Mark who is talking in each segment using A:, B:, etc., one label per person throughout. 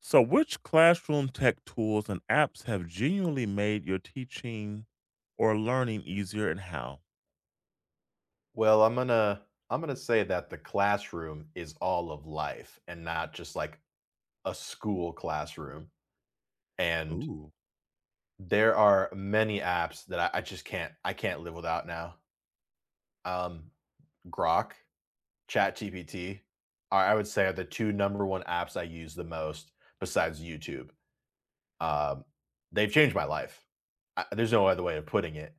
A: So, which classroom tech tools and apps have genuinely made your teaching or learning easier and how?
B: Well, I'm gonna say that the classroom is all of life and not just like a school classroom. And
A: Ooh,
B: there are many apps that I can't live without now. Um, Grok, ChatGPT, I would say are the two number one apps I use the most besides YouTube. Um, they've changed my life. I, there's no other way of putting it.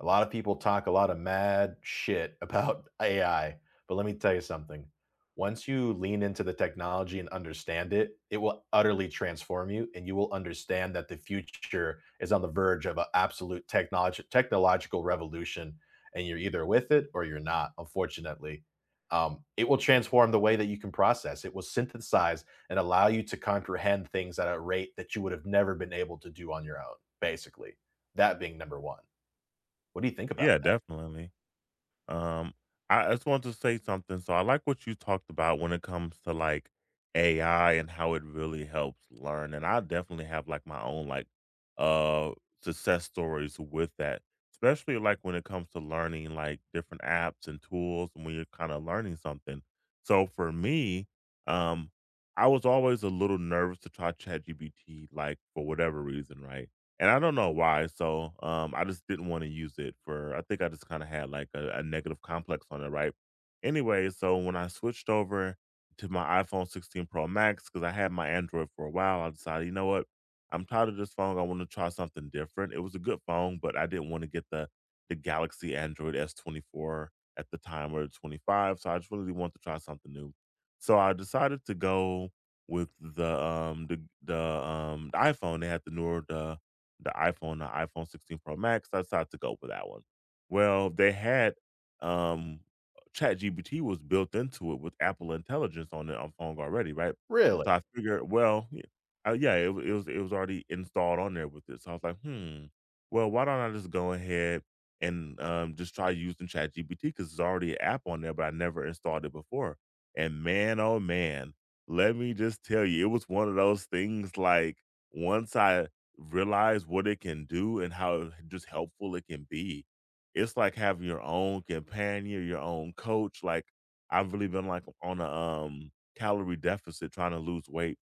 B: A lot of people talk a lot of mad shit about AI, but let me tell you something. Once you lean into the technology and understand it, it will utterly transform you, and you will understand that the future is on the verge of an absolute technology technological revolution, and you're either with it or you're not, unfortunately. It will transform the way that you can process, it will synthesize and allow you to comprehend things at a rate that you would have never been able to do on your own, basically. That being number one. What do you think about
A: yeah,
B: that?
A: definitely. Um, I just wanted to say something. So I like what you talked about when it comes to AI and how it really helps learn. And I definitely have like my own like uh success stories with that, especially like when it comes to learning like different apps and tools and when you're kind of learning something. So for me, um, I was always a little nervous to try ChatGPT, like for whatever reason, right? And I don't know why, so, I just didn't wanna use it for I think I just kinda had, like, a negative complex on it, right? Anyway, so when I switched over to my iPhone 16 Pro Max, because I had my Android for a while, I decided, "You know what? I'm tired of this phone, I wanna try something different." It was a good phone, but I didn't wanna get the Galaxy Android S24 at the time or the 25, so I just really wanted to try something new. So I decided to go with the iPhone, they had the newer the iPhone 16 Pro Max, I decided to go with that one. Well, they had um ChatGPT was built into it with Apple Intelligence on the on phone already, right?
B: Really?
A: So I figured, well, yeah, it was already installed on there with it. So I was like, hmm, well, why don't I just go ahead and just try using ChatGPT because there's already an app on there, but I never installed it before. And man, oh man, let me just tell you, it was one of those things like once I realize what it can do and how just helpful it can be. It's like having your own companion, your own coach. Like I've really been like on a calorie deficit trying to lose weight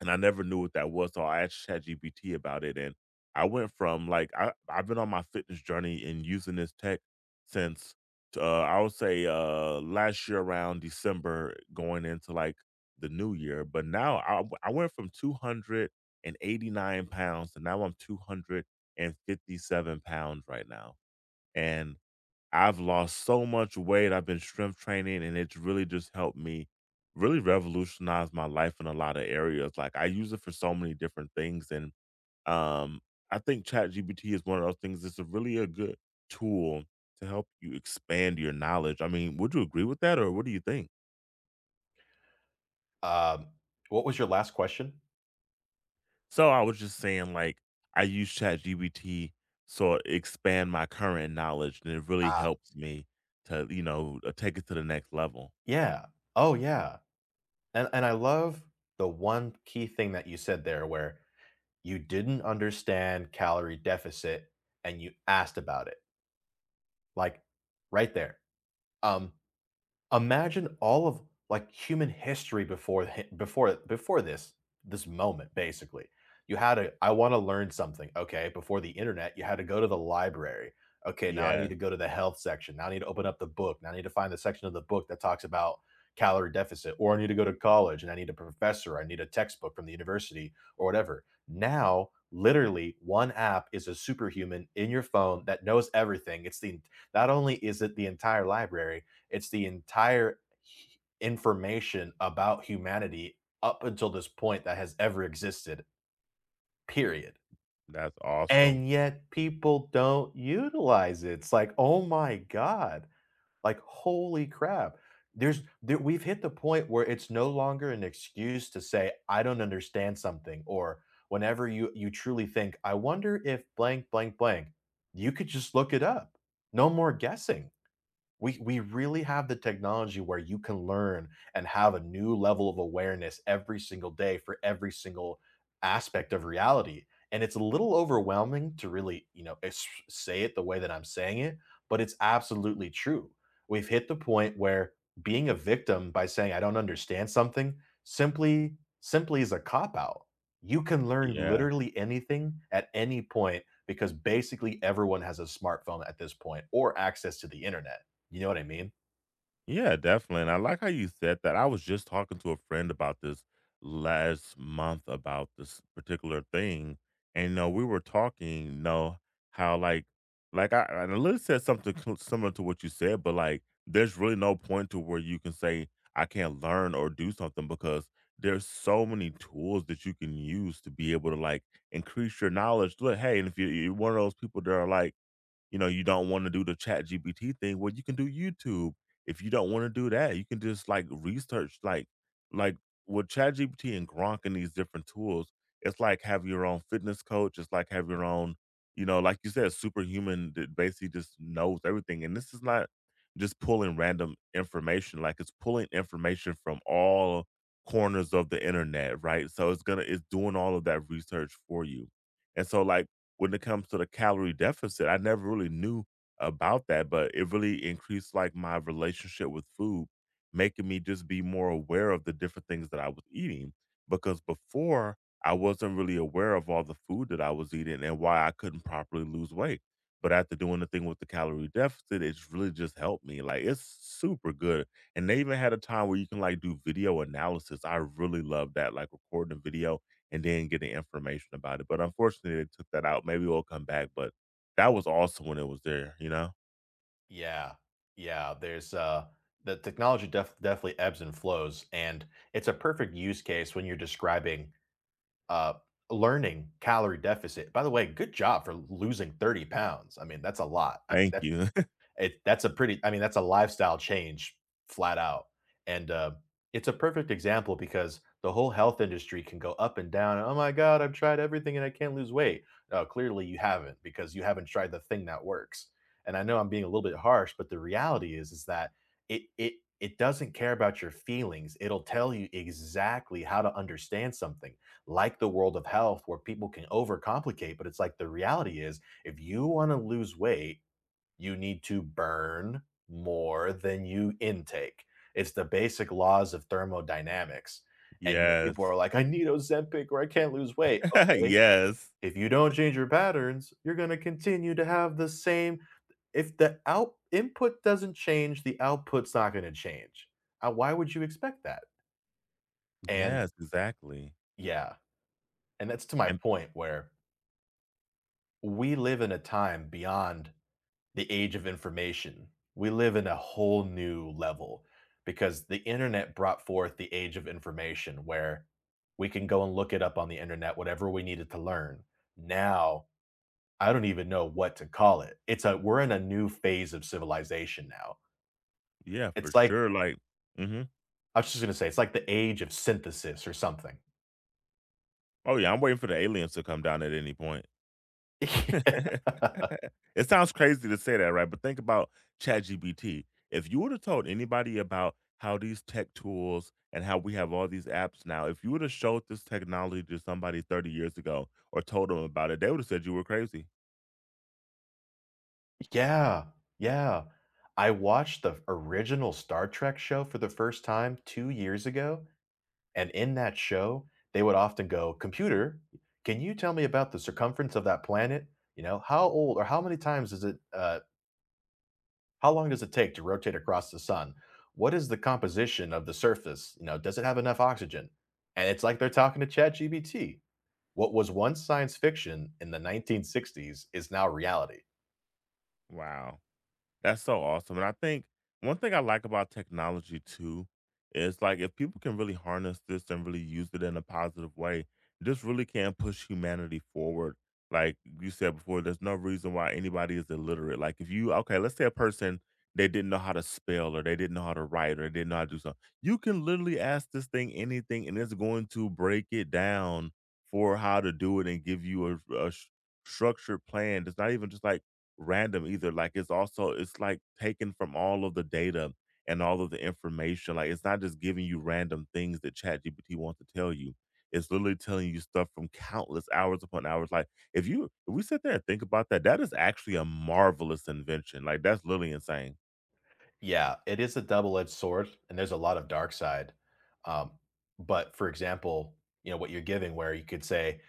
A: and I never knew what that was, so I asked ChatGPT about it, and I went from, like I've been on my fitness journey and using this tech since, I would say, last year around December going into, like, the new year, but now I went from 289 pounds and now I'm 257 pounds right now, and I've lost so much weight. I've been strength training and it's really just helped me really revolutionize my life in a lot of areas. Like I use it for so many different things. And um I think ChatGPT is one of those things that's a really a good tool to help you expand your knowledge. I mean, would you agree with that or what do you think?
B: Um, what was your last question?
A: So I was just saying like I use ChatGPT so it expand my current knowledge and it really
B: Ah,
A: helps me to, you know, take it to the next level.
B: yeah. Oh, yeah. And I love the one key thing that you said there where you didn't understand calorie deficit and you asked about it. Like right there. Um, imagine all of, like, human history before hi before before this this moment, basically. You had to. "I wanna learn something." Okay, before the internet, you had to go to the library. "Okay, now I need
A: Yeah,
B: to go to the health section. Now I need to open up the book. Now I need to find the section of the book that talks about calorie deficit, or I need to go to college, and I need a professor. I need a textbook from the university," or whatever. Now, literally, one app is a superhuman in your phone that knows everything. It's the not only is it the entire library, it's the entire information about humanity up until this point that has ever existed, period.
A: that's awesome.
B: And yet people don't utilize it. It's like, oh my God, like, holy crap. We've hit the point where it's no longer an excuse to say, I don't understand something, or whenever you truly think, I wonder if blank, blank, blank, you could just look it up. No more guessing. We really have the technology where you can learn and have a new level of awareness every single day for every single aspect of reality. And it's a little overwhelming to really, you know, say it the way that I'm saying it, but it's absolutely true. We've hit the point where being a victim by saying I don't understand something simply is a cop out. You can learn
A: Yeah.
B: literally anything at any point because basically everyone has a smartphone at this point or access to the internet. You know what I mean?
A: Yeah, definitely, and I like how you said that. I was just talking to a friend about this last month about this particular thing, and, no, we were talking, you know, how, like, I and Liz said something cl similar to what you said, but, like, there's really no point to where you can say, "I can't learn or do something," because there's so many tools that you can use to be able to, like, increase your knowledge. Look, hey, and if you're one of those people that are like, you know, you don't wanna do the ChatGPT thing, well, you can do YouTube. If you don't wanna do that, you can just, like, research, like, with ChatGPT and Gronk and these different tools, it's like have your own fitness coach, it's like have your own, you know, like you said, superhuman that basically just knows everything, and this is not just pulling random information, like, it's pulling information from all corners of the internet, right? So, it's doing all of that research for you, and so, like when it comes to the calorie deficit, I never really knew about that, but it really increased like my relationship with food, making me just be more aware of the different things that I was eating. Because before I wasn't really aware of all the food that I was eating and why I couldn't properly lose weight. But after doing the thing with the calorie deficit, it's really just helped me. Like it's super good. And they even had a time where you can like do video analysis. I really love that, like recording a video and then getting information about it. But unfortunately, they took that out. Maybe we'll come back, but that was awesome when it was there, you know?
B: Yeah. Yeah, there's, the technology definitely ebbs and flows, and it's a perfect use case when you're describing, uh, learning calorie deficit. By the way, good job for losing 30 pounds. I mean, that's a lot. I
A: Thank
B: That's
A: you.
B: it. That's a pretty, I mean, that's a lifestyle change flat out. And, it's a perfect example because the whole health industry can go up and down, "Oh my god, I've tried everything and I can't lose weight." No, clearly you haven't because you haven't tried the thing that works. And I know I'm being a little bit harsh, but the reality is that it it doesn't care about your feelings. It'll tell you exactly how to understand something, like the world of health where people can overcomplicate, but it's like the reality is if you wanna lose weight, you need to burn more than you intake. It's the basic laws of thermodynamics. And yet people are
A: Yes.
B: like, I need Ozempic or I can't lose weight. Okay.
A: Yes.
B: If you don't change your patterns, you're going to continue to have the same. If the out input doesn't change, the output's not going to change. Why would you expect that? And
A: Yes, exactly.
B: yeah. And that's to my
A: And
B: point where we live in a time beyond the age of information. We live in a whole new level because the internet brought forth the age of information where we can go and look it up on the internet, whatever we needed to learn. Now, I don't even know what to call it. It's a we're in a new phase of civilization now.
A: yeah, for
B: It's like
A: sure. Like, mhm.
B: I was just gonna say, it's like the age of synthesis or something.
A: Oh yeah, I'm waiting for the aliens to come down at any point. It sounds crazy to say that, right? But think about ChatGPT. If you would have told anybody about how these tech tools and how we have all these apps now, if you would have showed this technology to somebody 30 years ago or told them about it, they would have said you were crazy.
B: Yeah, yeah. I watched the original Star Trek show for the first time two years ago. And in that show, they would often go, "Computer, can you tell me about the circumference of that planet? You know, how old or how many times is it, how long does it take to rotate across the sun? What is the composition of the surface? You know, does it have enough oxygen?" And it's like they're talking to ChatGPT. What was once science fiction in the 1960s is now reality.
A: Wow. That's so awesome, and I think one thing I like about technology too is, like, if people can really harness this and really use it in a positive way, this really can push humanity forward. Like you said before, there's no reason why anybody is illiterate. Like, if you okay, let's say a person, they didn't know how to spell or they didn't know how to write or they didn't know how to do something. You can literally ask this thing anything, and it's going to break it down for how to do it and give you a s structured plan. It's not even just like random either. Like it's also it's like taken from all of the data and all of the information. Like it's not just giving you random things that ChatGPT wants to tell you. It's literally telling you stuff from countless hours upon hours. Like if you if we sit there and think about that, that is actually a marvelous invention. Like that's literally insane.
B: Yeah, it is a double-edged sword, and there's a lot of dark side. Um, but for example, you know, what you're giving where you could say,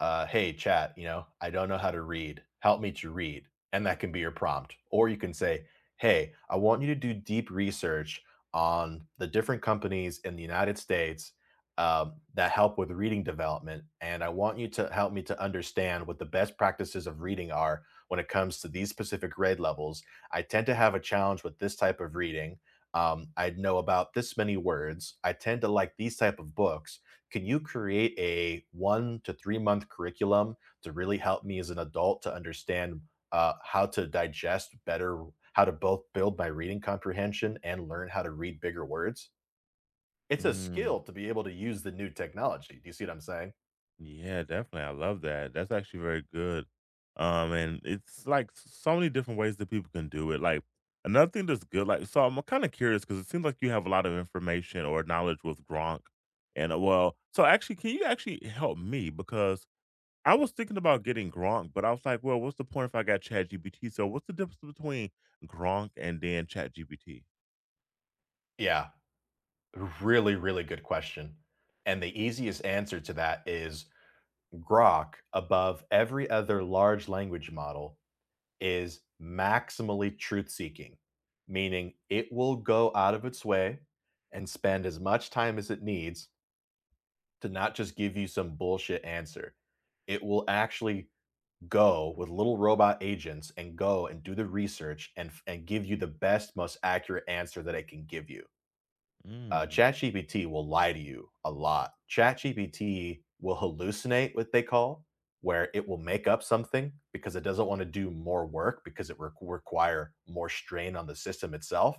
B: hey chat, you know, I don't know how to read, help me to read, and that can be your prompt. Or you can say, hey, I want you to do deep research on the different companies in the United States, that help with reading development, and I want you to help me to understand what the best practices of reading are when it comes to these specific grade levels. I tend to have a challenge with this type of reading, I know about this many words, I tend to like these type of books. Can you create a 1 to 3 month curriculum to really help me as an adult to understand, how to digest better, how to both build my reading comprehension and learn how to read bigger words? It's a
A: Mm.
B: skill to be able to use the new technology. Do you see what I'm saying?
A: Yeah, definitely. I love that. That's actually very good. And it's like so many different ways that people can do it. Like another thing that's good, like so I'm kind of curious because it seems like you have a lot of information or knowledge with Gronk. And well, so actually, can you actually help me because I was thinking about getting Gronk, but I was like, well, what's the point if I got ChatGPT? So what's the difference between Gronk and then ChatGPT?
B: Yeah, really, really good question. And the easiest answer to that is Grok above every other large language model is maximally truth seeking, meaning it will go out of its way and spend as much time as it needs to not just give you some bullshit answer. It will actually go with little robot agents and go and do the research and give you the best most accurate answer that it can give you.
A: Mm,
B: ChatGPT will lie to you a lot. ChatGPT will hallucinate, what they call, where it will make up something because it doesn't want to do more work because it require more strain on the system itself.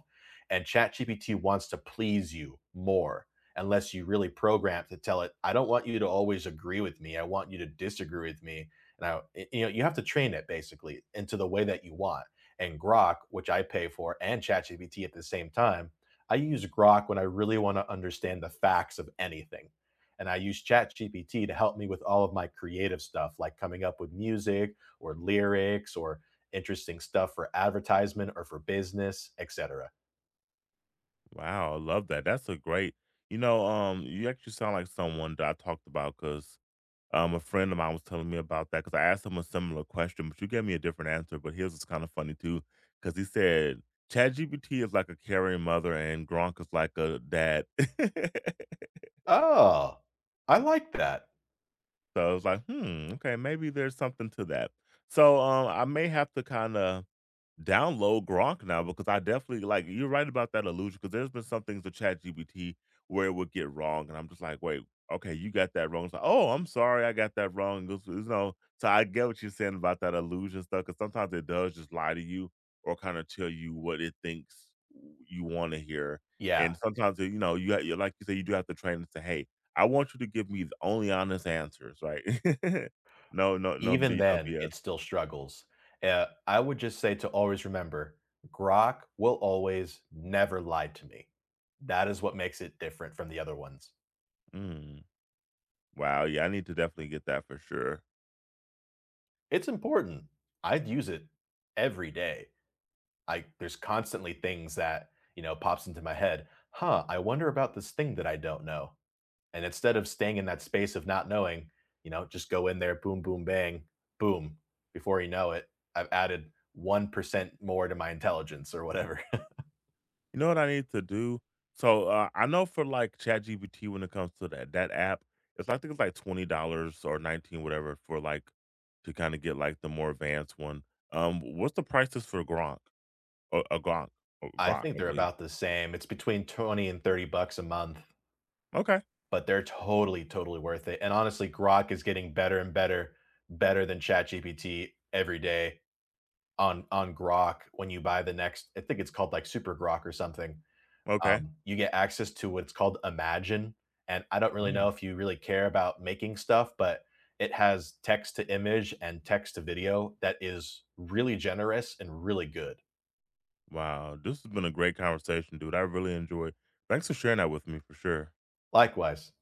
B: And ChatGPT wants to please you more unless you really program to tell it, I don't want you to always agree with me. I want you to disagree with me. And you know, you have to train it basically into the way that you want. And Grok, which I pay for, and ChatGPT at the same time, I use Grok when I really want to understand the facts of anything. And I use ChatGPT to help me with all of my creative stuff, like coming up with music or lyrics or interesting stuff for advertisement or for business, etc.
A: wow, I love that. That's a great, you know, you actually sound like someone that I talked about because a friend of mine was telling me about that because I asked him a similar question, but you gave me a different answer. But his was kind of funny too, because he said ChatGPT is like a caring mother and Gronk is like a dad. So
B: Oh, I like that.
A: I was like, hmm, okay, maybe there's something to that. So I may have to kind of download Gronk now because I definitely like you're right about that illusion because there's been some things with ChatGPT where it would get wrong, and I'm just like, wait, okay, you got that wrong. It's like, oh, I'm sorry, I got that wrong. It's no, so I get what you're saying about that illusion stuff because sometimes it does just lie to you or kind of tell you what it thinks you want to hear,
B: Yeah,
A: and sometimes you know you like you say you do have to train and say, hey, I want you to give me the only honest answers, right? No, no, no,
B: even
A: B,
B: then,
A: no
B: it still struggles. I would just say to always remember Grok will always never lie to me. That is what makes it different from the other ones.
A: BS. Wow, yeah, I need to definitely get that for sure.
B: It's important. I'd use it every day. I there's constantly things that, you know, pops into my head. Huh, I wonder about this thing that I don't know. And instead of staying in that space of not knowing, you know, just go in there, boom, boom, bang, boom. Before you know it, I've added 1% more to my intelligence or whatever.
A: You know what I need to do? So, I know for, like, ChatGPT when it comes to that app, it's I think it's, like, $20 or 19 whatever for, like to kinda get, like, the more advanced one. What's the prices for Gronk? A Gronk or
B: I
A: Grok,
B: think
A: I
B: they're
A: believe.
B: about the same. It's between 20 and 30 bucks a month,
A: Okay,
B: but they're totally, totally worth it. And honestly, Grok is getting better and better, better than ChatGPT every day. On Grok when you buy the next, I think it's called like Super Grok or something.
A: okay.
B: You get access to what's called Imagine, and I don't really know
A: Mm,
B: if you really care about making stuff, but it has text to image and text to video that is really generous and really good.
A: wow, this has been a great conversation, dude. I really enjoyed. Thanks for sharing that with me for sure.
B: Likewise.